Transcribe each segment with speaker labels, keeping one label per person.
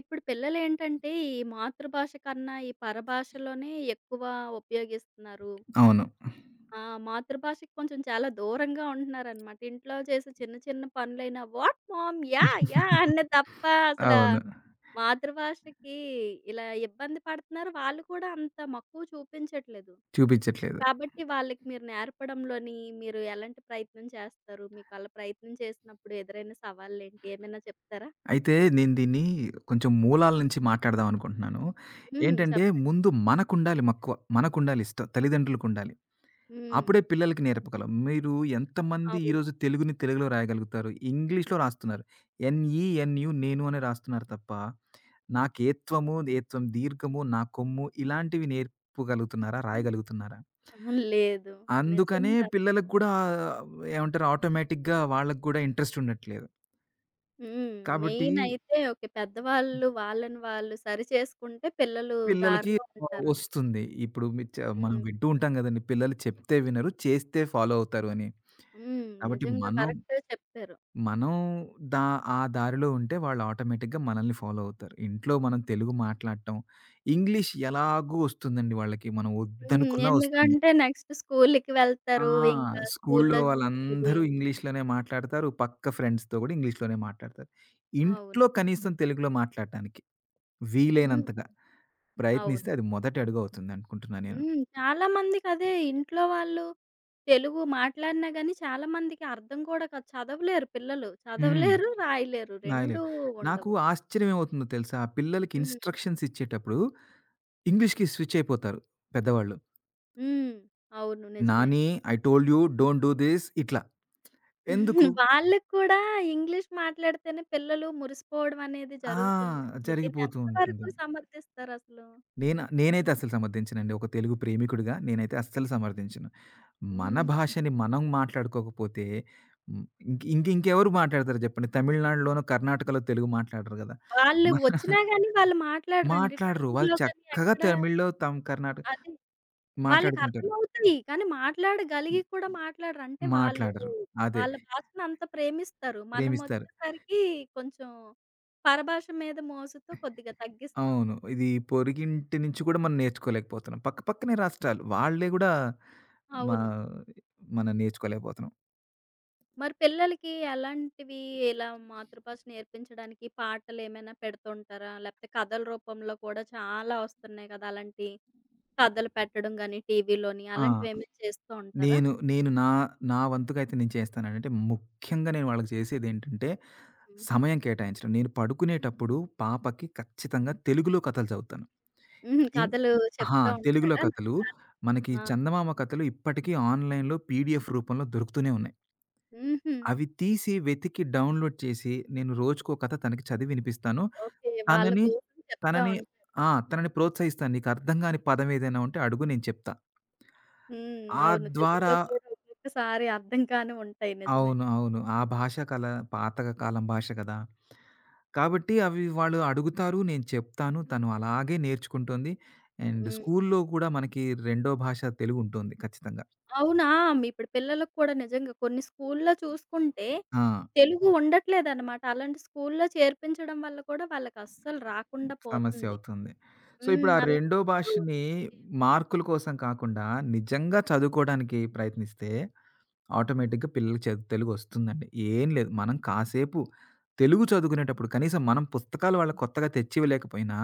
Speaker 1: ఇప్పుడు పిల్లలేంటంటే, ఈ మాతృభాష కన్నా ఈ పరభాషలోనే ఎక్కువ ఉపయోగిస్తున్నారు.
Speaker 2: అవును.
Speaker 1: ఆ! మాతృభాషకి కొంచెం చాలా దూరంగా ఉంటున్నారనమాట. ఇంట్లో చేసే చిన్న చిన్న పనులైనా "వాట్ మామ్? యాహ్! యాహ్!" అనే తప్ప అసలా
Speaker 2: అవును.
Speaker 1: మాతృభాషకి ఇలా ఇబ్బంది పడుతున్నారు. వాళ్ళు కూడా అంత మక్కువ చూపించట్లేదు.
Speaker 2: చూపించట్లేదు.
Speaker 1: కాబట్టి వాళ్ళకి మీరు నేర్పడంలోని మీరు ఎలాంటి ప్రయత్నం చేస్తారు? మీకు అలా ప్రయత్నం చేసినప్పుడు ఎదురైన సవాళ్ళేంటి? ఏమైనా చెప్తారా?
Speaker 2: అయితే నేను దీన్ని కొంచెం మూలాల నుంచి మాట్లాడదాం అనుకుంటున్నాను.
Speaker 1: హ్మ్.
Speaker 2: ఏంటంటే
Speaker 1: చెప్పండి.
Speaker 2: ముందు మనకుండాలి మక్కువ. మనకుండాలి ఇష్టం. తల్లిదండ్రులకుండాలి.
Speaker 1: హ్మ్.
Speaker 2: అప్పుడే పిల్లలకి నేర్పగలం. మీరు ఎంతమంది
Speaker 1: అవును.
Speaker 2: ఈరోజు తెలుగుని తెలుగులో రాయగలుగుతారు? ఇంగ్లీష్‌లో రాస్తున్నారు. ఎన్‌ఈ-ఎన్‌యు నేను అనే రాస్తున్నారు తప్ప, నాకేత్వము, ఏత్వం దీర్ఘము, నా కొమ్ము ఇలాంటివి నేర్పగలుగుతున్నారా? రాయగలుగుతున్నారా?
Speaker 1: అహా! లేదు. హ్మ్.
Speaker 2: అందుకనే
Speaker 1: నిజంగా.
Speaker 2: పిల్లలకి కూడా ఏమంటారు ఆటోమేటిక్‌గా వాళ్ళకి కూడా ఇంట్రెస్ట్ ఉండట్లేదు.
Speaker 1: హ్మ్.
Speaker 2: కాబట్టి
Speaker 1: మెయినయితే ఓకే. పెద్దవాళ్ళు వాళ్ళని వాళ్ళు సరిచేసుకుంటే పిల్లలు
Speaker 2: పిల్లలకి
Speaker 1: దారిలో ఉంటారండి.
Speaker 2: వస్తుంది. ఇప్పుడు మి చ మనం
Speaker 1: హ్మ్.
Speaker 2: వింటూ ఉంటాం గదండీ! పిల్లలు చెప్తే వినరు, చేస్తే ఫాలో అవుతారు అని.
Speaker 1: హ్మ్.
Speaker 2: కాబట్టి
Speaker 1: నిజంగా
Speaker 2: మనం,
Speaker 1: కరెక్టే చెప్పారు.
Speaker 2: మనం దా ఆ దారిలో ఉంటే వాళ్ళు ఆటోమేటిక్‌గా మనల్ని ఫాలో అవుతారు. ఇంట్లో మనం తెలుగు మాట్లాడటం, ఇంగ్లీష్ ఎలాగూ వస్తుందండి వాళ్ళకి. మనం
Speaker 1: హ్మ్.
Speaker 2: వద్దనుకున్నా వస్తుంది.
Speaker 1: ఎందుకంటే నెక్స్ట్ స్కూలుకి
Speaker 2: ఆ!
Speaker 1: వెళ్తారు. ఇంకా
Speaker 2: స్కూలులో
Speaker 1: స్కూల్లో చెప్పేది.
Speaker 2: వాళ్ళందరూ ఇంగ్లీష్‌లోనే మాట్లాడతారు. పక్క ఫ్రెండ్స్‌తో గూడా ఇంగ్లీష్‌లోనే మాట్లాడతారు.
Speaker 1: అవును.
Speaker 2: ఇంట్లో కనీసం తెలుగులో మాట్లాడటానికి
Speaker 1: హ్మ్.
Speaker 2: వీలైనంతగా.
Speaker 1: అవును.
Speaker 2: ప్రయత్నిస్తే అది మొదటి అడుగవుతుంది అనుకుంటున్నా నేను.
Speaker 1: హ్మ్. చాలామందికి అదే ఇంట్లో వాళ్ళు తెలుగు మాట్లాడినా గానీ చాలా మందికి అర్థం కూడా కాదు. చదవలేరు పిల్లలు.
Speaker 2: హ్మ్.
Speaker 1: చదవలేరు, రాయలేరు.
Speaker 2: రాయలేదు.
Speaker 1: 2
Speaker 2: నాకు
Speaker 1: ఉండవు.
Speaker 2: ఆశ్చర్యం ఏమవుతుందో తెలుసా? ఆ పిల్లలకి
Speaker 1: హ్మ్.
Speaker 2: ఇన్‌స్ట్రక్షన్స్ ఇచ్చేటప్పుడు ఇంగ్లీష్‌కి స్విచ్ అయిపోతారు పెద్దవాళ్ళు.
Speaker 1: హ్మ్. అవును. నిజమే.
Speaker 2: Nani I told you don't do this ఇట్లా. ఎందుకు?
Speaker 1: వాళ్ళకి కూడా ఇంగ్లీష్ మాట్లాడితేనే పిల్లలు మురిసిపోవడం అనేది
Speaker 2: ఆ!
Speaker 1: జరుగుతుందండి. దీన్ని
Speaker 2: జరిగిపోతూ ఉంటుంది.
Speaker 1: ఎంతవరకు సమర్థిస్తారసలు?
Speaker 2: నేనైతే అస్సలు సమర్థించనండి. ఒక తెలుగు ప్రేమికుడిగా నేనైతే అస్సలు సమర్థించను. మన
Speaker 1: హ్మ్.
Speaker 2: భాషని మనం మాట్లాడుకోకపోతే హ్మ్. ఇంక ఇంక ఇంకెవరు మాట్లాడతారు చెప్పండి? తమిళనాడులోనో, కర్ణాటకలో తెలుగు మాట్లాడరు గదా!
Speaker 1: వాళ్ళు
Speaker 2: మన
Speaker 1: వచ్చినా గాని వాళ్ళు మాట్లాడరండి.
Speaker 2: మాట్లాడరు. వాళ్ళు
Speaker 1: ట్రైన్‌లో గాని
Speaker 2: చక్కగా
Speaker 1: ఎక్కడ
Speaker 2: తమిళ్‌లో కర్ణాటక
Speaker 1: అది వాళ్ళకి
Speaker 2: మాట్లాడుకుంటారు.
Speaker 1: అర్థమవుతాయి. కానీ మాట్లాడగలిగి కూడా మాట్లాడరు. అంటే వాళ్ళు
Speaker 2: మాట్లాడరు. అదే.
Speaker 1: వాళ్ళ భాషను అంత ప్రేమిస్తారు. మనం
Speaker 2: ప్రేమిస్తారు.
Speaker 1: వచ్చేసరికి కొంచెం పరభాష మీద మోజుతో కొద్దిగా తగ్గిస్తాం.
Speaker 2: అవును. ఇది పొరుగింటి నుంచి కూడా మనం నేర్చుకోలేకపోతున్నాం. పక్క పక్కనే రాష్ట్రాలు. వాళ్ళే గూడా మా
Speaker 1: అవును.
Speaker 2: మనం నేర్చుకోలేకపోతున్నాం.
Speaker 1: మరి పిల్లలకి ఎలాంటివి ఇలా మాతృభాష నేర్పించడానికి పాటలేమైనా పెడుతుంటారా? లేపోతే కథల రూపంలో కూడా చాలా వస్తున్నాయి కదా! అలాంటి కథలు పెట్టడం గాని, టీవీలోని
Speaker 2: ఆ!
Speaker 1: అలాంటివేమైనా చేస్తూ ఉంటారా?
Speaker 2: నేను, నేను నా, నా వంతుకైతే నేను చేస్తానండి. అంటే ముఖ్యంగా నేను వాళ్ళకి చేసేదేంటంటే,
Speaker 1: హ్మ్.
Speaker 2: సమయం కేటాయించడం. నేను పడుకునేటప్పుడు పాపకి ఖచ్చితంగా తెలుగులో కథలు చదువుతాను.
Speaker 1: హ్మ్.
Speaker 2: ఇం
Speaker 1: కథలు
Speaker 2: ఆ!
Speaker 1: చెప్తా
Speaker 2: తెలుగులో
Speaker 1: ఉంటారా? నాకు
Speaker 2: కథలు.
Speaker 1: రాదు.
Speaker 2: మనకి
Speaker 1: ఆ!
Speaker 2: చందమామ కథలు ఇప్పటికీ ఆన్‌లైన్‌లో పీడీఎఫ్ రూపంలో దొరుకుతూనే ఉన్నాయి.
Speaker 1: హుహు.
Speaker 2: అవి తీసి వెతికి డౌన్‌లోడ్ చేసి, నేను రోజుకో కథ తనకి చదివి వినిపిస్తాను.
Speaker 1: ఓకే. వాళ్ళ
Speaker 2: తనని,
Speaker 1: కోసం చెప్తా
Speaker 2: తనని
Speaker 1: ఉంటారు.
Speaker 2: ఆ! తనని ప్రోత్సహిస్తాను. "నీకు అర్థం గాని పదం ఏదైనా ఉంటే అడుగు నేను చెప్తా."
Speaker 1: హ్మ్.
Speaker 2: ఆ
Speaker 1: అవును.
Speaker 2: ద్వారా
Speaker 1: తెలుగులో కూడా ఒక్కొక్కసారి అర్థం కానివి ఉంటాయి. నిజమే.
Speaker 2: అవును. అవును. ఆ భాష కల పాత కాలం భాష కదా! కాబట్టి అవి వాళ్ళు అడుగుతారు. నేను చెప్తాను. తను అలాగే నేర్చుకుంటుంది. అండ్
Speaker 1: హ్మ్.
Speaker 2: స్కూల్‌లో కూడా మనకి రెండో భాష తెలుగు ఉంటుంది ఖచ్చితంగా.
Speaker 1: అవునా! మీ ఇప్పుడు పిల్లలకు కూడా నిజంగా కొన్ని స్కూల్‌లో చూసుకుంటే,
Speaker 2: ఆ!
Speaker 1: తెలుగు ఉండట్లేదనమాట. అలాంటి స్కూల్‌లో చేర్పించడం వల్ల కూడా వాళ్ళకస్సలు రాకుండా
Speaker 2: సమస్య
Speaker 1: పోతుంది.
Speaker 2: అవుతుంది. సో, ఇప్పుడు
Speaker 1: హ్మ్.
Speaker 2: ఆ రెండో
Speaker 1: అలాంటప్పుడు
Speaker 2: భాషని మార్కుల కోసం కాకుండా నిజంగా చదువుకోవడానికి ప్రయత్నిస్తే ఆటోమేటిక్‌గా పిల్లలకి తెలుగొస్తుందండి. ఏం లేదు. మనం కాసేపు తెలుగు చదువుకునేటప్పుడు కనీసం మనం పుస్తకాలు వాళ్ళకి కొత్తగా తెచ్చివ్వలేకపోయినా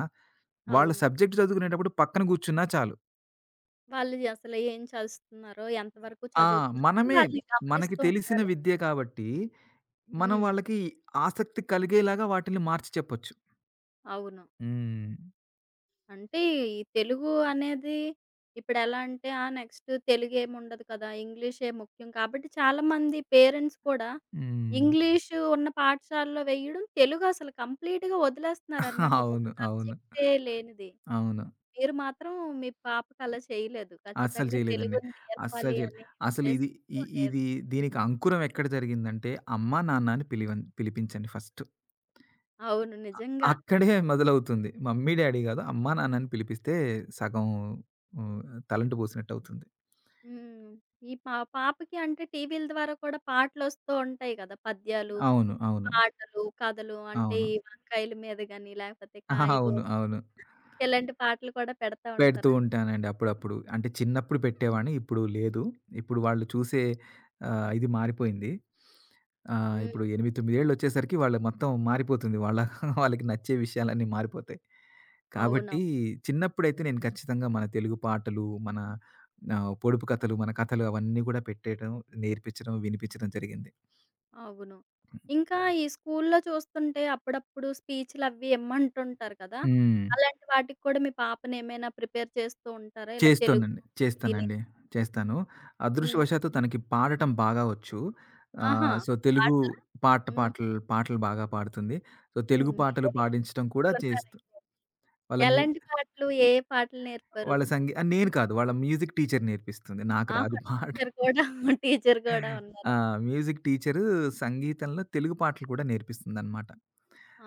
Speaker 2: వాళ్ళ
Speaker 1: అవును.
Speaker 2: సబ్జెక్ట్ చదువుకునేటప్పుడు పక్కన కూర్చున్నా చాలు.
Speaker 1: వాళ్ళు అసలు ఏం చదువుతున్నారో, ఎంతవరకు
Speaker 2: ఆ!
Speaker 1: చదువుతున్నారో
Speaker 2: మనమే
Speaker 1: వాళ్ళని
Speaker 2: మనకి
Speaker 1: గమనిస్తూ
Speaker 2: తెలిసిన
Speaker 1: ఉండాలి.
Speaker 2: విద్య కాబట్టి, మనం
Speaker 1: హ్మ్.
Speaker 2: వాళ్ళకి ఆసక్తి కలిగేలాగా వాటిల్ని మార్చి చెప్పొచ్చు.
Speaker 1: అవును.
Speaker 2: హ్మ్.
Speaker 1: అంటే, ఈ తెలుగు అనేది ఇప్పుడెలా అంటే, ఆ! నెక్స్ట్ తెలుగేముండదు కదా! ఇంగ్లీషే ముఖ్యం కాబట్టి, చాలామంది పేరెంట్స్ కూడా
Speaker 2: హ్మ్.
Speaker 1: ఇంగ్లీషు ఉన్న పాఠశాలలో వెయ్యడం, తెలుగసలు కంప్లీట్‌గా వదిలేస్తన్నారనమాట. ఇదొక
Speaker 2: అవును. అవును.
Speaker 1: సబ్జెక్టే లేనిది.
Speaker 2: అవును.
Speaker 1: మీరు మాత్రం మీ పాపకలా చేయలేదు.
Speaker 2: అస్సలు
Speaker 1: ఖచ్చితంగా
Speaker 2: చేయలేదండి.
Speaker 1: తెలుగుని
Speaker 2: అస్సలు
Speaker 1: నేర్పాలి
Speaker 2: చేయలే.
Speaker 1: అనే
Speaker 2: అసలు ఇది ఇ
Speaker 1: ఉద్దేశంతో నేర్
Speaker 2: ఇది దీనికి అంకురం ఎక్కడ జరిగిందంటే, అమ్మా, నాన్నని పిలివన్ పిలిపించండి ఫస్ట్.
Speaker 1: అవును. నిజంగా.
Speaker 2: అక్కడే మొదలవుతుంది. మమ్మీ, డ్యాడీ కాదు. అమ్మా, నాన్నని పిలిపిస్తే సగం హ్మ్. తలంటు పోసినట్టవుతుంది.
Speaker 1: హ్మ్. ఈ పాపకి అంటే టీవీల ద్వారా కూడా పాటలొస్తూ ఉంటాయి కదా! పద్యాలు.
Speaker 2: అవును. అవును.
Speaker 1: పాటలు, కథలు అంటే
Speaker 2: అవును.
Speaker 1: ఈ వంకాయల మీద గాని, లేకపోతే
Speaker 2: ఆహా! అవును.
Speaker 1: కాయగూరలు
Speaker 2: అవును.
Speaker 1: ఇలాంటి పాటలు కూడా పెడతా
Speaker 2: పెడుతూ
Speaker 1: ఉంటారా?
Speaker 2: ఉంటానండి అప్పుడప్పుడు. అంటే చిన్నప్పుడు పెట్టేవాడిని. ఇప్పుడు లేదు. ఇప్పుడు వాళ్ళు చూసే ఇది మారిపోయింది.
Speaker 1: హ్మ్.
Speaker 2: ఇప్పుడు 8, 9 ఏళ్లొచ్చేసరికి వాళ్ళు మొత్తం మారిపోతుంది. వాళ్ళ వాళ్ళకి నచ్చే విషయాలన్నీ మారిపోతాయి. కాబట్టి
Speaker 1: అవునవును.
Speaker 2: చిన్నప్పుడైతే నేను ఖచ్చితంగా మన తెలుగు పాటలు, మన పొడుపు కథలు, మన కథలు అవన్నీ గూడా పెట్టేయడం, నేర్పించడం, వినిపించడం జరిగింది.
Speaker 1: అవును. ఇంకా ఈ స్కూల్లో చూస్తుంటే అప్పుడప్పుడు స్పీచ్‌లవి ఇమ్మంటుంటారు కదా!
Speaker 2: హ్మ్.
Speaker 1: అలాంటి వాటికి కూడా మీ పాపని ఏమైనా ప్రిపేర్ చేస్తూ ఉంటారా? ఇలా తెలుగు
Speaker 2: చేస్తానండి.
Speaker 1: దీని
Speaker 2: చేస్తానండి. చేస్తాను.
Speaker 1: హ్మ్.
Speaker 2: అదృష్టవశాత్తు తనకి పాడటం బాగా వచ్చు.
Speaker 1: ఆహా!
Speaker 2: సో, తెలుగు
Speaker 1: పాటలా?
Speaker 2: పాట
Speaker 1: హ్మ్.
Speaker 2: పాటలు పాటలు బాగా పాడుతుంది. సో,
Speaker 1: హ్మ్.
Speaker 2: తెలుగు పాటలు
Speaker 1: మీరే
Speaker 2: పాడించడం కూడా చేస్తూ
Speaker 1: నేర్పించినట్లున్నారయితే.
Speaker 2: వాళ్ళ మ్యూ
Speaker 1: ఎలాంటి పాటలు? ఏ ఏ పాటలు నేర్పారు?
Speaker 2: వాళ్ళ సంగీ ఆహ్, నేను కాదు, వాళ్ళ మ్యూజిక్ టీచర్ నేర్పిస్తుంది. నాకు రాదు
Speaker 1: ఆహా!
Speaker 2: పాట.
Speaker 1: టీచర్ కూడా టీచర్ కూడా
Speaker 2: ఆ!
Speaker 1: ఉన్నారా?
Speaker 2: మ్యూజిక్ టీచరు సంగీతంలో తెలుగు పాటలు కూడా నేర్పిస్తుందనమాట.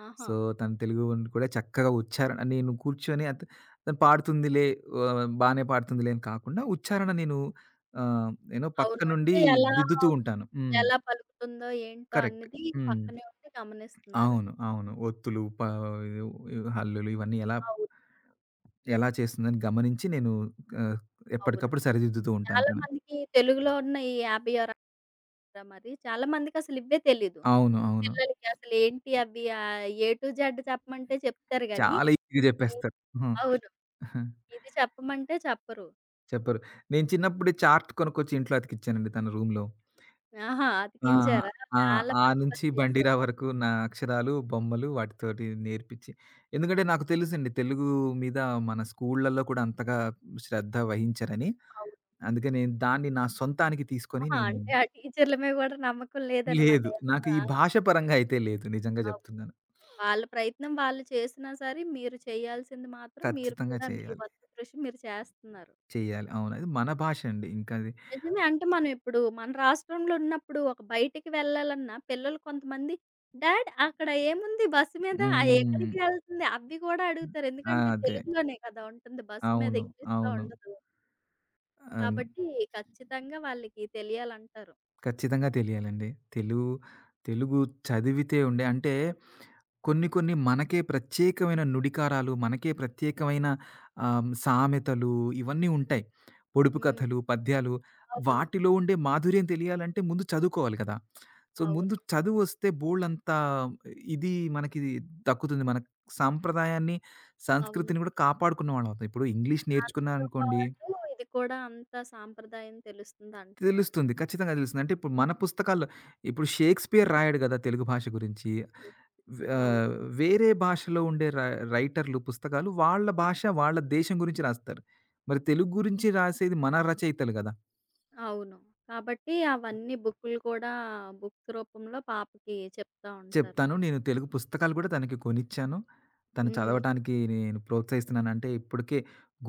Speaker 1: ఆహా!
Speaker 2: సో, తను తెలుగును కూడా చక్కగా ఉచ్చారణ నేను కూర్చొని అత్ తను పాడుతుందిలే, బానే పాడుతుందిలే అని కాకుండా నేను పక్క
Speaker 1: అవును.
Speaker 2: నుండి
Speaker 1: అంటే ఎలా,
Speaker 2: దిద్దుతూ ఉంటాను. హ్మ్.
Speaker 1: ఎలా పలుకుతుందో ఏంటో
Speaker 2: కరెక్ట్.
Speaker 1: అన్నది
Speaker 2: హ్మ్.
Speaker 1: పక్కనే ఉండి గమనిస్తున్నారు.
Speaker 2: అవును. అవును. హల్లులు ఇవన్నీ ఎలా
Speaker 1: అవును.
Speaker 2: ఎలా చేస్తుందని గమనించి నేను ఆహ్,
Speaker 1: అవును.
Speaker 2: ఎప్పటికప్పుడు సరిదిద్దుతూ ఉంటాను
Speaker 1: చాలా
Speaker 2: తనని.
Speaker 1: మందికి తెలుగులో ఉన్న ఈ 50 అంటారా మరి? చాలా మందికసలు ఇవ్వే తెలీదు.
Speaker 2: అవును. అవును.
Speaker 1: పిల్లలకి అసలు ఏంటి అవి ఆహ్, ఏ టు జెడ్ చెప్పమంటే చెప్తారు గానీ
Speaker 2: చాలా ఈజీగా
Speaker 1: ఈ
Speaker 2: చెప్పేస్తారు.
Speaker 1: అవును.
Speaker 2: హ్మ్.
Speaker 1: ఇది చెప్పమంటే చెప్పరు.
Speaker 2: చెప్పరు. నేను చిన్నప్పుడు చార్ట్ కొనుక్కొచ్చి ఇంట్లో అతికిచ్చానండి తన రూమ్‌లో.
Speaker 1: ఆహా!
Speaker 2: ఆ!
Speaker 1: అతికించారా?
Speaker 2: ఆ!
Speaker 1: చాలా
Speaker 2: ఆ
Speaker 1: మంచి
Speaker 2: నుంచి
Speaker 1: పని
Speaker 2: బండిరా
Speaker 1: చేశారు.
Speaker 2: వరకు నా అక్షరాలు, బొమ్మలు వాటితోటి నేర్పించి ఎందుకంటే నాకు తెలుసండి తెలుగు మీద మన స్కూళ్ళల్లో కూడా అంతగా శ్రద్ధ వహించరని.
Speaker 1: అవును.
Speaker 2: అందుకే నేను దాన్ని నా సొంతానికి తీసుకొని
Speaker 1: ఆహా!
Speaker 2: నేను
Speaker 1: అంటే ఆ టీచర్ల మీద గూడా నమ్మకం లేదనమాట.
Speaker 2: లేదు.
Speaker 1: ఎంత
Speaker 2: నాకు ఈ
Speaker 1: ఆ!
Speaker 2: భాష పరంగా అయితే లేదు నిజంగా
Speaker 1: అవును.
Speaker 2: చెప్తున్నాను.
Speaker 1: వాళ్ళ ప్రయత్నం వాళ్ళు చేసినా సరే, మీరు చేయాల్సింది మాత్రం మీరు
Speaker 2: ఖచ్చితంగా
Speaker 1: కూడా మీ
Speaker 2: చేయాలి.
Speaker 1: వంతు కృషి మీరు చేస్తున్నారు.
Speaker 2: చేయాలి. అవును. అది మన భాష అండి. ఇంకది
Speaker 1: నిజమే. అంటే మనం ఇప్పుడు మన రాష్ట్రంలో ఉన్నప్పుడు ఒక బయటికి వెళ్ళాలన్నా పిల్లలు కొంతమంది, డాడ్ అక్కడ ఏముంది బస్సు మీద ఆహ్,
Speaker 2: హ్మ్.
Speaker 1: ఎక్కడికి వెళ్తుంది అవి కూడా అడుగుతారు. ఎందుకంటే
Speaker 2: అదే.
Speaker 1: తెలుగులోనే కదా ఉంటుంది. బస్సు మీద
Speaker 2: అవును.
Speaker 1: ఇంగ్లీష్‌లో
Speaker 2: అవును.
Speaker 1: ఉండదు.
Speaker 2: అవును.
Speaker 1: కాబట్టి ఖచ్చితంగా వాళ్ళకి తెలియాలంటారు.
Speaker 2: ఖచ్చితంగా తెలియాలండి. తెలుగు, తెలుగు చదివితే ఉండే అంటే కొన్ని కొన్ని మనకే ప్రత్యేకమైన నుడికారాలు, మనకే ప్రత్యేకమైన సామెతలు ఇవన్నీ ఉంటాయి. పొడుపు
Speaker 1: హ్మ్.
Speaker 2: కథలు, పద్యాలు
Speaker 1: అవును.
Speaker 2: వాటిలో ఉండే మాధుర్యం తెలియాలంటే ముందు చదువుకోవాలి కదా! సో, ముందు
Speaker 1: అవును.
Speaker 2: చదువొస్తే బోలెడంత ఇది మనకి దక్కుతుంది. మన సాంప్రదాయాన్ని,
Speaker 1: అవును.
Speaker 2: సంస్కృతిని కూడా కాపాడుకున్న వాళ్ళం అవుతాం. ఇప్పుడు ఇంగ్లీష్
Speaker 1: దాంతో
Speaker 2: నేర్చుకున్నాననుకోండి
Speaker 1: పాటు ఇది కూడా అంత సాంప్రదాయం తెలుస్తుంది అంటున్నారు.
Speaker 2: తెలుస్తుంది. ఖచ్చితంగా తెలుస్తుంది. అంటే ఇప్పుడు మన పుస్తకాల్లో ఇప్పుడు 'షేక్స్‌పియర్' రాయడు గదా! తెలుగు భాష గురించి.
Speaker 1: హ్మ్.
Speaker 2: వ్
Speaker 1: అవును.
Speaker 2: ఆహ్, వేరే భాషలో ఉండే రైటర్లు పుస్తకాలు వాళ్ళ భాష, వాళ్ళ దేశం గురించి రాస్తారు. మరి తెలుగు గురించి రాసేది మన రచయితలు గదా!
Speaker 1: అవును. కాబట్టి అవన్నీ బుక్కులు కూడా బుక్స్ రూపంలో పాపకి చెప్తా ఉంటారు.
Speaker 2: చెప్తాను నేను తెలుగు పుస్తకాలు గూడా తనకి కొనిచ్చాను. తను
Speaker 1: హ్మ్.
Speaker 2: చదవటానికి నేను ప్రోత్సహిస్తున్నానంటే ఇప్పటికే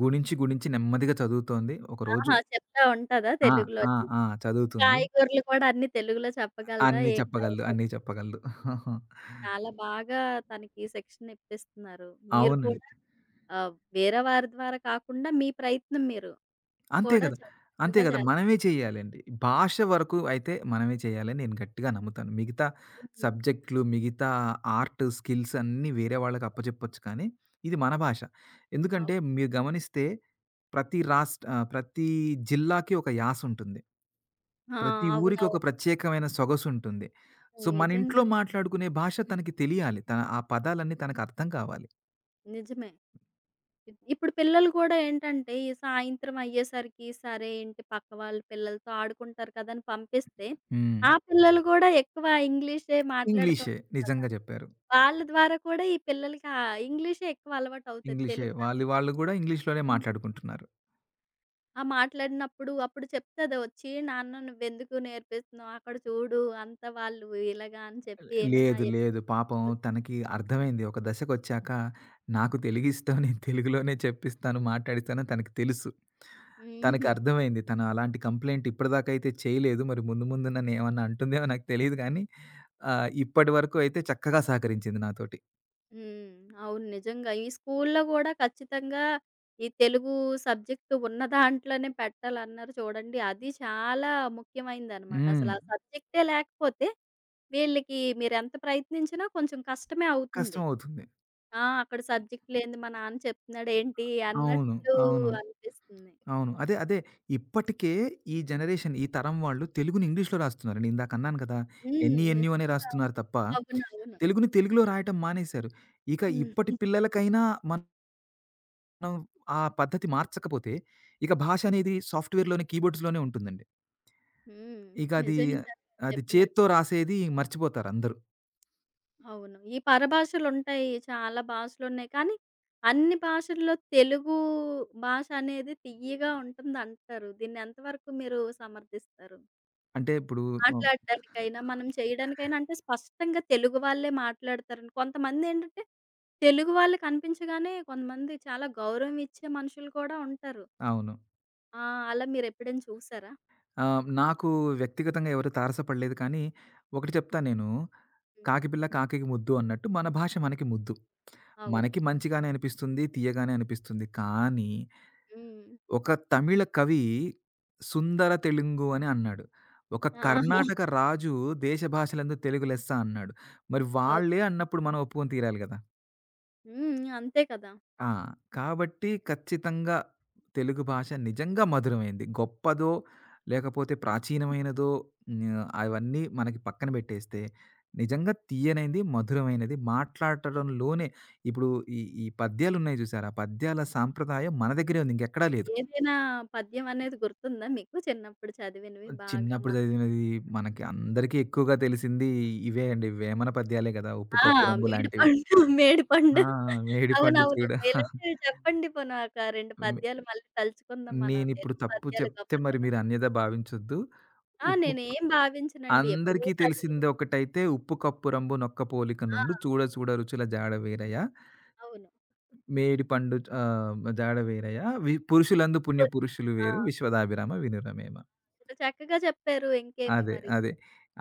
Speaker 2: గుణించి, గుణించి నెమ్మదిగా చదువుతోంది. ఒకరోజు
Speaker 1: ఆహా! చెప్తా ఉంటదా
Speaker 2: ఆ! ఆ!
Speaker 1: తెలుగులోని?
Speaker 2: ఆ! చదువుతుంది.
Speaker 1: కాయగూరలు కూడా అన్నీ తెలుగులో చెప్పగలదా?
Speaker 2: అన్నీ
Speaker 1: ఏ
Speaker 2: చెప్పగలదు.
Speaker 1: కాయగూర?
Speaker 2: అన్నీ చెప్పగలదు.
Speaker 1: చాలా బాగా తనకి శిక్షణ ఇప్పిస్తున్నారు. మీరు కూడా
Speaker 2: అవునండి.
Speaker 1: ఆహ్, వేరే వారి ద్వారా కాకుండా మీ ప్రయత్నం మీరు
Speaker 2: అంతే
Speaker 1: కూడా
Speaker 2: గదా!
Speaker 1: చాలా
Speaker 2: అంతే
Speaker 1: చక్కగా
Speaker 2: గదా!
Speaker 1: చేస్తారు.
Speaker 2: మనమే చేయాలండి. భాష వరకు అయితే మనమే చేయాలని నేను గట్టిగా నమ్ముతాను. మిగతా
Speaker 1: హ్మ్.
Speaker 2: సబ్జెక్ట్‌లు, మిగతా ఆర్ట్ స్కిల్స్ అన్నీ వేరే వాళ్ళకి అప్పచెప్పొచ్చు కానీ, ఇది మన భాష.
Speaker 1: ఆ!
Speaker 2: ఎందుకంటే మీరు గమనిస్తే ప్రతి జిల్లాకి ఒక యాస ఉంటుంది. ప్రతి ఊరికి
Speaker 1: అవునవును.
Speaker 2: ఒక ప్రత్యేకమైన సొగసుంటుంది. సో, మన ఇంట్లో
Speaker 1: నిజంగా.
Speaker 2: మాట్లాడుకునే భాష తనకి తెలియాలి. తన ఆ పదాలన్నీ తనకు అర్థం కావాలి.
Speaker 1: నిజమే. ఇప్పుడు పిల్లలు కూడా ఏంటంటే, ఈ సాయంత్రం అయ్యేసరికి సరే ఏంటి పక్క వాళ్ళ పిల్లలతో ఆడుకుంటారు కదా! అని పంపిస్తే,
Speaker 2: హ్మ్.
Speaker 1: ఆ పిల్లలు కూడా ఎక్కువ ఇంగ్లీషే మాట్లాడుతూ
Speaker 2: ఇంగ్లీషే
Speaker 1: ఉంటారు కదా!
Speaker 2: నిజంగా చెప్పారు.
Speaker 1: వాళ్ళ ద్వారా కూడా ఈ పిల్లలకి ఆ ఇంగ్లీషే ఎక్కువ అలవాటవుతది.
Speaker 2: ఇంగ్లీషే.
Speaker 1: తెలుగు కాదు.
Speaker 2: వాళ్ళు వాళ్ళు గూడా ఇంగ్లీష్‌లోనే
Speaker 1: హ్మ్.
Speaker 2: మాట్లాడుకుంటున్నారు.
Speaker 1: ఆ మాట్లాడినప్పుడు అప్పుడు చెప్తది వచ్చి, "నాన్న నువ్వెందుకు నేర్పిస్తున్నావు? అక్కడ చూడు అంతా వాళ్ళు ఇలాగా" అని చెప్పి ఏమైనా
Speaker 2: లేదు,
Speaker 1: ఇబ్బందులు
Speaker 2: లేదు పాపం తనకి అర్థమైంది. ఒక దశకొచ్చాక నాకు తెలుగిష్టం నేను తెలుగులోనే చెప్పిస్తాను, మాట్లాడిస్తానని తనకి తెలుసు. తనకి
Speaker 1: హుహు.
Speaker 2: అర్థమైంది. తను అలాంటి కంప్లెయింట్ ఇప్పటిదాకా అయితే చేయలేదు. మరి ముందు ముందు నన్నేమన్నా అంటుందేమో నాకు తెలీదు గానీ ఇప్పటి వరకు అయితే చక్కగా సహకరించింది నాతోటి.
Speaker 1: హ్మ్. అవును. నిజంగా. ఈ స్కూల్లో గూడా ఖచ్చితంగా ఈ తెలుగు సబ్జెక్ట్ ఉన్న దాంట్లోనే పెట్టాలన్నారు చూడండి. అది చాలా ముఖ్యమైనదనమాట.
Speaker 2: హ్మ్.
Speaker 1: అసలు ఆ సబ్జెక్టే లేకపోతే వీళ్ళకి మీరెంత ప్రయత్నించినా కొంచెం కష్టమే అవుతుంది.
Speaker 2: కష్టమవుతుంది.
Speaker 1: ఆ! అక్కడ సబ్జెక్ట్ లేనిది మా నాన్న చెప్తున్నాడేంటి
Speaker 2: అవును.
Speaker 1: అన్నట్లు
Speaker 2: అవును.
Speaker 1: అనిపిస్తుంది.
Speaker 2: అవును. అదే, అదే. ఇప్పటికే ఈ జనరేషన్, ఈ తరం వాళ్ళు తెలుగుని ఇంగ్లీష్‌లో రాస్తున్నారండి. ఇందాక అన్నాను కదా!
Speaker 1: హ్మ్.
Speaker 2: ఎన్‌ఈ, ఎన్‌యు అనే
Speaker 1: నిజంగా.
Speaker 2: రాస్తున్నారు తప్ప,
Speaker 1: అవునవును.
Speaker 2: తెలుగుని తెలుగులో రాయటం మానేశారు. ఇక ఇప్పటి పిల్లలకైనా మనం ఆ పద్ధతి మార్చకపోతే, ఇక భాష అనేది సాఫ్ట్‌వేర్‌లోనే, కీబోర్డ్స్‌లోనే ఉంటుందండి.
Speaker 1: హ్మ్.
Speaker 2: ఇక అది,
Speaker 1: నిజంగా
Speaker 2: అది చేత్తో
Speaker 1: చెప్పినట్టు.
Speaker 2: రాసేది మర్చిపోతారందరూ.
Speaker 1: అవును. ఈ పరభాషలుంటాయి. చాలా భాషలున్నాయి. కానీ, అన్ని భాషల్లో తెలుగు భాష అనేది తియ్యగా ఉంటుందంటారు. దీన్ని ఎంతవరకు మీరు సమర్థిస్తారు?
Speaker 2: అంటే ఇప్పుడు హ్మ్.
Speaker 1: మాట్లాడడానికైనా, మనం చేయడానికైనా అంటే స్పష్టంగా తెలుగు వాళ్ళే మాట్లాడతారని. కొంతమందేంటంటే, తెలుగు వాళ్ళు కనిపించగానే కొంతమంది చాలా గౌరవం ఇచ్చే మనుషులు కూడా ఉంటారు.
Speaker 2: అవును.
Speaker 1: ఆ! అలా మీరెప్పుడైనా చూసారా?
Speaker 2: నాకు వ్యక్తిగతంగా ఎవరు తారసపడలేదు కానీ, ఒకటి చెప్తా నేను,
Speaker 1: హ్మ్.
Speaker 2: "కాకి పిల్ల కాకికి ముద్దు" అన్నట్టు మన భాష మనకి ముద్దు.
Speaker 1: అవును.
Speaker 2: మనకి మంచిగానే అనిపిస్తుంది. తియ్యగానే అనిపిస్తుంది. కానీ,
Speaker 1: హ్మ్.
Speaker 2: ఒక తమిళ కవి 'సుందర తెలుంగు' అని అన్నాడు. ఒక
Speaker 1: ఆ!
Speaker 2: కర్ణాటక రాజు 'దేశ భాషలందు తెలుగు లెస్స' అన్నాడు. మరి
Speaker 1: అవ్
Speaker 2: వాళ్ళే అన్నప్పుడు మనం ఒప్పుకొని తీరాలి గదా!
Speaker 1: హ్మ్. అంతే కదా!
Speaker 2: ఆ! కాబట్టి ఖచ్చితంగా తెలుగు భాష నిజంగా మధురమైంది. గొప్పదో, లేకపోతే ప్రాచీనమైనదో, అవన్నీ మనకి పక్కన పెట్టేస్తే, నిజంగా తియ్యనైంది, మధురమైనది మాట్లాడటంలోనే ఇప్పుడు ఈ ఈ పద్యాలున్నాయి చూసారా? పద్యాల సాంప్రదాయం మన దగ్గరే ఉంది. ఇంకెక్కడా లేదు.
Speaker 1: ఏదైనా పద్యం అనేది గుర్తుందా మీకు? చిన్నప్పుడు చదివినవి బాగా
Speaker 2: చిన్నప్పుడు
Speaker 1: మనసుకి
Speaker 2: చదివినది మనకి అందరికీ ఎక్కువగా తెలిసింది ఇవే అండి. వేమన పద్యాలే కదా! 'ఉప్పు
Speaker 1: ఆ!
Speaker 2: కప్పు రంబు' లాంటివి.
Speaker 1: 'మేడిపండు,
Speaker 2: ఆ!
Speaker 1: మేడిపండు.'
Speaker 2: 'మేడిపండు
Speaker 1: అవునవును.
Speaker 2: చూడ'
Speaker 1: ఇలాంటివి చెప్పండి పోనీ ఒక 2 పద్యాలు మళ్ళీ తలుచుకుందాం మన
Speaker 2: నేనిప్పుడు
Speaker 1: తెలుగు
Speaker 2: తప్పు
Speaker 1: పద్యాల
Speaker 2: చెప్తే మరి
Speaker 1: గొప్పతనం.
Speaker 2: మీరు అన్యథ భావించొద్దు.
Speaker 1: ఆ!
Speaker 2: ఉప్పు క్
Speaker 1: నేనేం భావించనండి. ఎప్పుడో
Speaker 2: అందరికీ
Speaker 1: చదివినవి.
Speaker 2: తెలిసింది ఒకటైతే ఉప్పు కప్పు రంబు నొక్క పోలిక
Speaker 1: ఆ!
Speaker 2: నుండు చూడ చూడ రుచుల జాడ వేరయ్య.
Speaker 1: అవును.
Speaker 2: మేడి పండు జాడ వేరయ్య. పురుషులందు పుణ్య
Speaker 1: కొన్ని
Speaker 2: పురుషులు
Speaker 1: ఆ!
Speaker 2: వేరు విశ్వదాభిరామ వినురమేమ.
Speaker 1: ఎంత చక్కగా చెప్పారు ఇంకేమి
Speaker 2: అదే.
Speaker 1: మరి.
Speaker 2: అదే.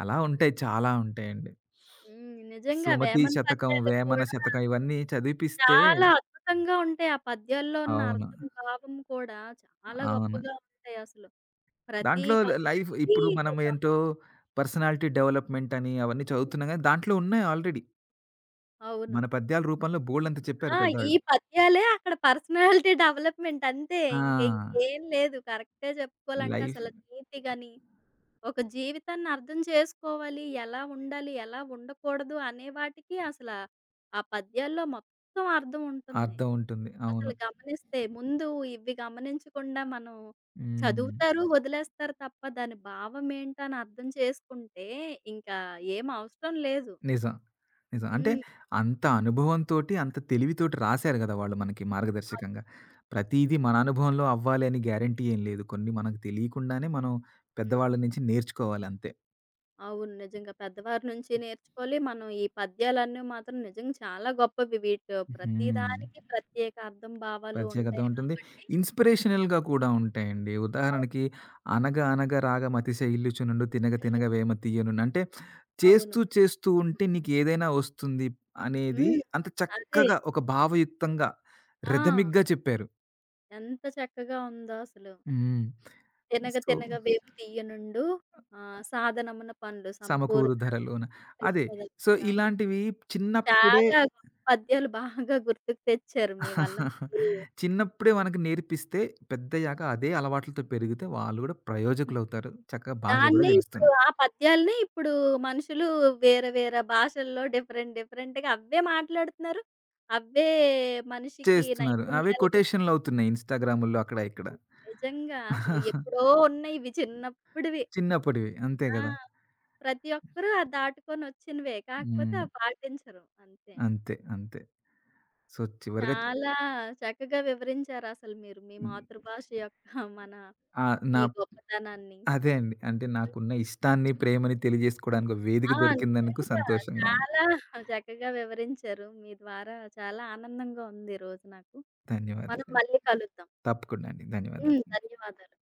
Speaker 2: అలా ఉంటాయి. చాలా ఉంటాయండి.
Speaker 1: హ్మ్. నిజంగా
Speaker 2: సుమతి
Speaker 1: వేమన
Speaker 2: శతకం,
Speaker 1: పద్యాలు
Speaker 2: వేమన
Speaker 1: కూడా
Speaker 2: శతకం ఇవన్నీ చదివిపిస్తే
Speaker 1: చాలా అద్భుతంగా ఉంటాయి. ఆ పద్యాల్లో ఉన్న
Speaker 2: అవును.
Speaker 1: అర్థం, భావం కూడా చాలా
Speaker 2: అవును.
Speaker 1: గొప్పగా ఉంటాయసలు. ప్రతి
Speaker 2: దాంట్లో లైఫ్
Speaker 1: పద్యానికి
Speaker 2: ఇప్పుడు మనం
Speaker 1: బాపు
Speaker 2: ఏంటో పర్సనాలిటీ డెవలప్‌మెంట్ అని అవన్నీ చదువుతున్నాం గానీ, దాంట్లో ఉన్నాయి ఆల్రెడీ.
Speaker 1: అవును.
Speaker 2: మన పద్యాల రూపంలో బోలెడంత చెప్పారు
Speaker 1: ఆ! ఈ
Speaker 2: పెద్దవాళ్ళు.
Speaker 1: పద్యాలే అక్కడ పర్సనాలిటీ డెవలప్‌మెంట్ అంతే. ఇంక
Speaker 2: ఆ!
Speaker 1: ఇంకేం లేదు. కరెక్టే చెప్పుకోవాలంటే
Speaker 2: లైఫ్
Speaker 1: అసలు నీతి గాని, ఒక జీవితాన్ని అర్థం చేసుకోవాలి, ఎలా ఉండాలి, ఎలా ఉండకూడదు అనే వాటికి అసల ఆ పద్యాల్లో మొత్తం అర్థం ఉంటుంది.
Speaker 2: అర్థం ఉంటుంది. అవును.
Speaker 1: అసలు గమనిస్తే ముందు ఇవి గమనించకుండా మనం
Speaker 2: హ్మ్.
Speaker 1: చదువుతారు, వదిలేస్తారు తప్ప దాని భావం ఏంటని అర్థం చేసుకుంటే ఇంకా ఏం అవసరం లేదు.
Speaker 2: నిజం. నిజం. అంటే
Speaker 1: హ్మ్.
Speaker 2: అంత అనుభవంతోటి, అంత తెలివితోటి రాసారు గదా! వాళ్ళు మనకి మార్గదర్శకంగా. ప్రతీదీ మన అనుభవంలో అవ్వాలి అని గ్యారంటీ ఏం లేదు. కొన్ని మనకు తెలియకుండానే మనం పెద్దవాళ్ళ
Speaker 1: హ్మ్.
Speaker 2: నుంచి నేర్చుకోవాలి అంతే.
Speaker 1: అవును. నిజంగా పెద్దవారి నుంచి నేర్చుకోవాలి. మనం ఈ పద్యాలన్నీ మాత్రం నిజంగా చాలా గొప్పవి. వీటిలో ప్రతి
Speaker 2: హ్మ్.
Speaker 1: దానికి ప్రత్యేక అర్థం, భావాలు
Speaker 2: ప్రత్యేకత
Speaker 1: ఉంటాయి
Speaker 2: ఉంటుంది.
Speaker 1: కాబట్టి
Speaker 2: ఇన్‌స్పిరేషనల్‌గా కూడా ఉంటాయండి.
Speaker 1: అవును.
Speaker 2: ఉదాహరణకి 'అనగ అనగ రాగమతిశ ఇల్లుచునుండు తినగ తినగ
Speaker 1: హ్మ్.
Speaker 2: వేమ తీయనుండు' అంటే
Speaker 1: అవును.
Speaker 2: చేస్తూ చేస్తూ ఉంటే నీకేదైనా వస్తుంది అనేది
Speaker 1: హ్మ్.
Speaker 2: అంత
Speaker 1: అదే.
Speaker 2: చక్కగా ఒక భావయుక్తంగా
Speaker 1: ఆ!
Speaker 2: రిథమిక్‌గా చెప్పారు.
Speaker 1: ఎంత చక్కగా ఉందో అసలు.
Speaker 2: హ్మ్.
Speaker 1: 'తినగ
Speaker 2: సో,
Speaker 1: తినగవేమి తీయనుండు ఆహ్, సాధనమున పండ్లు
Speaker 2: సమకూరు
Speaker 1: సమకూరుతాయి
Speaker 2: ధరలోన. అదే.
Speaker 1: కృష్ణదత్త
Speaker 2: సో,
Speaker 1: రామ'
Speaker 2: ఇలాంటివి చిన్నప్పుడే
Speaker 1: చాలా గొప్ప పద్యాలు బాగా గుర్తుకు తెచ్చారు మీ వల్ల మళ్ళీ.
Speaker 2: చిన్నప్పుడే మనకు నేర్పిస్తే పెద్దయ్యాక అదే అలవాట్లతో పెరిగితే వాళ్ళు గూడా ప్రయోజకులవుతారు. చక్కగా భాష గూడా
Speaker 1: దాన్నే ఇప్పుడు
Speaker 2: తెలుస్తుంది.
Speaker 1: ఆ పద్యాలనే ఇప్పుడు మనుషులు వేరే వేరే భాషల్లో డిఫరెంట్ డిఫరెంట్‌గా అవే మాట్లాడుతున్నారు. అవే మనిషికి
Speaker 2: చేస్తున్నారు. అవే
Speaker 1: నైపుణ్యాలుగా చేస్తున్నారు.
Speaker 2: కొటేషన్‌లవుతున్నాయి ఇన్‌స్టాగ్రాముల్లో అక్కడ, ఇక్కడ.
Speaker 1: నిజంగా అసలు ఎప్పుడో ఉన్నాయి ఇవి చిన్నప్పుడివి.
Speaker 2: చిన్నప్పటివి. అంతే
Speaker 1: ఆ!
Speaker 2: గదా!
Speaker 1: ప్రతి ఒక్కరు ఆ దాటుకొనొచ్చినవే. కాకపోతే
Speaker 2: హ్మ్.
Speaker 1: అవి పాటించరు అంతే.
Speaker 2: అంతే. అంతే. సో, చివరిగా
Speaker 1: చాలా చక్కగా వివరించారసలు మీరు మీ
Speaker 2: హ్మ్.
Speaker 1: మాతృభాష యొక్క మన
Speaker 2: ఆ! నా
Speaker 1: ఈ గొప్పతనాన్ని.
Speaker 2: అదే అండి. అంటే నాకున్న ఇష్టాన్ని, ప్రేమని తెలియజేసుకోవడానికి ఒక వేదిక
Speaker 1: ఆ!
Speaker 2: దొరికిందనుకు
Speaker 1: నిజంగా
Speaker 2: సంతోషంగా ఉంది.
Speaker 1: చాలా చక్కగా వివరించారు. మీ ద్వారా చాలా ఆనందంగా ఉంది ఈ రోజు నాకు. మనం
Speaker 2: ధన్యవాదాలండి.
Speaker 1: మళ్ళీ కలుద్దాం.
Speaker 2: తప్పకుండా అండి.
Speaker 1: హ్మ్.
Speaker 2: ధన్యవాదాలు.
Speaker 1: ధన్యవాదాలు.